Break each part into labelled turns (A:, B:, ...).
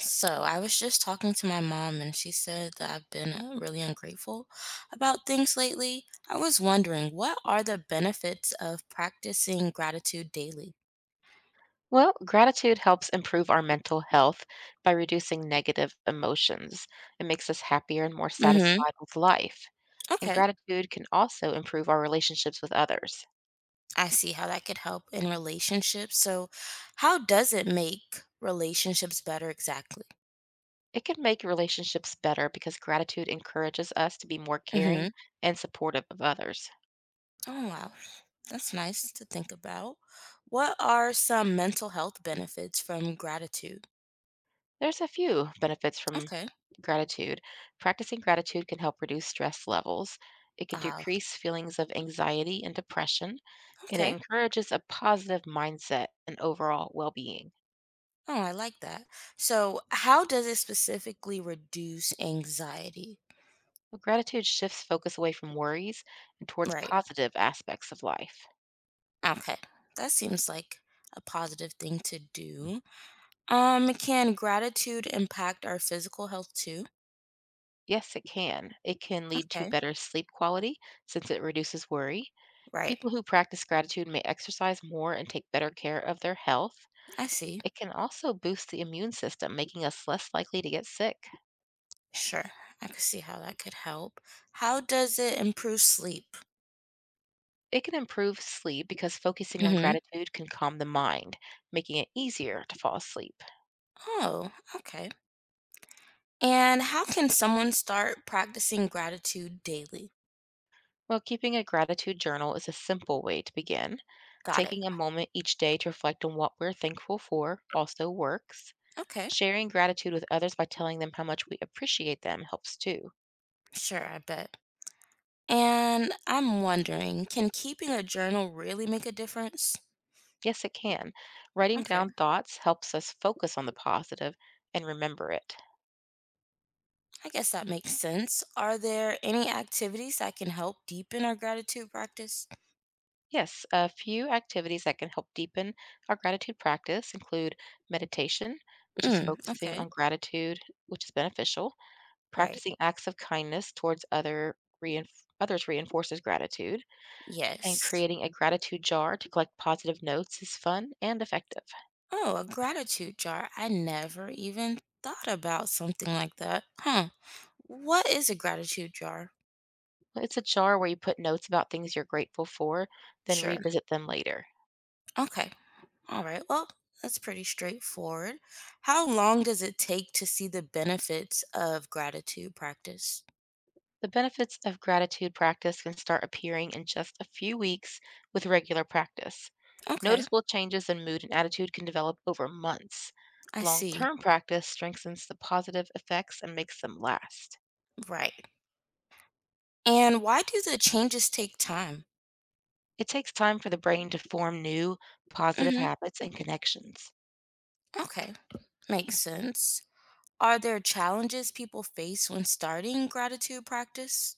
A: So I was just talking to my mom, and she said that I've been really ungrateful about things lately. I was wondering, what are the benefits of practicing gratitude daily?
B: Well, gratitude helps improve our mental health by reducing negative emotions. It makes us happier and more
A: Mm-hmm.
B: satisfied with life. And
A: Okay.
B: gratitude can also improve our relationships with others.
A: I see how that could help in relationships. So, how does it make relationships better exactly?
B: It can make relationships better because gratitude encourages us to be more
A: Mm-hmm.
B: caring and supportive of others.
A: Oh, wow. That's nice to think about. What are some mental health benefits from gratitude?
B: There's a few benefits from
A: Okay.
B: gratitude. Practicing gratitude can help reduce stress levels, it can
A: Ah,
B: decrease feelings of anxiety and depression, and it
A: okay.
B: encourages a positive mindset and overall well being.
A: Oh, I like that. So, how does it specifically reduce anxiety?
B: Gratitude shifts focus away from worries and towards
A: Right.
B: positive aspects of life.
A: Okay. That seems like a positive thing to do. Can gratitude impact our physical health too?
B: Yes, it can. It can lead to
A: Okay.
B: better sleep quality since it reduces worry.
A: Right.
B: People who practice gratitude may exercise more and take better care of their health.
A: I see.
B: It can also boost the immune system, making us less likely to get sick.
A: Sure. I can see how that could help. How does it improve sleep?
B: It can improve sleep because focusing on
A: Mm-hmm.
B: gratitude can calm the mind, making it easier to fall asleep.
A: Oh, okay. And how can someone start practicing gratitude daily?
B: While keeping a gratitude journal is a simple way to begin,
A: Got it.
B: taking a moment each day to reflect on what we're thankful for also works.
A: Okay.
B: Sharing gratitude with others by telling them how much we appreciate them helps too.
A: Sure, I bet. And I'm wondering, can keeping a journal really make a difference?
B: Yes, it can. Writing
A: Okay,
B: down thoughts helps us focus on the positive and remember it.
A: I guess that makes sense. Are there any activities that can help deepen our gratitude practice?
B: Yes, a few activities that can help deepen our gratitude practice include meditation, which is
A: Mm,
B: focusing
A: okay,
B: on gratitude, which is beneficial.
A: right.
B: Practicing acts of kindness towards others reinforces gratitude, and
A: Yes.
B: creating a gratitude jar to collect positive notes is fun and effective.
A: Oh, a gratitude jar. I never even thought about something like that. Huh. What is a gratitude jar?
B: It's a jar where you put notes about things you're grateful for, then
A: Sure.
B: revisit them later.
A: Okay. All right. Well, that's pretty straightforward. How long does it take to see the benefits of gratitude practice?
B: The benefits of gratitude practice can start appearing in just a few weeks with regular practice.
A: Okay.
B: Noticeable changes in mood and attitude can develop over months.
A: I
B: Long
A: see.
B: term practice strengthens the positive effects and makes them last.
A: Right. And why do the changes take time?
B: It takes time for the brain to form new, positive
A: Hmm.
B: habits and connections.
A: Okay. Makes sense. Are there challenges people face when starting gratitude practice?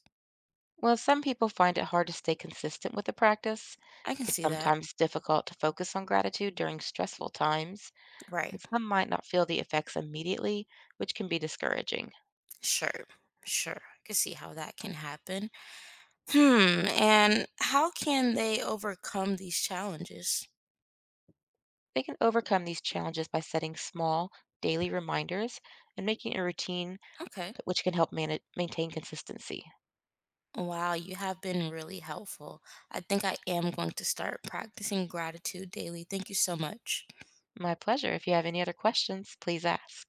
B: While some people find it hard to stay consistent with the practice,
A: I can
B: it's
A: see that.
B: sometimes difficult to focus on gratitude during stressful times,
A: Right.
B: and some might not feel the effects immediately, which can be discouraging.
A: Sure. Sure. I can see how that can happen. Hmm. And how can they overcome these challenges?
B: They can overcome these challenges by setting small, daily reminders and making a routine,
A: Okay.
B: which can help maintain consistency.
A: Wow, you have been really helpful. I think I am going to start practicing gratitude daily. Thank you so much.
B: My pleasure. If you have any other questions, please ask.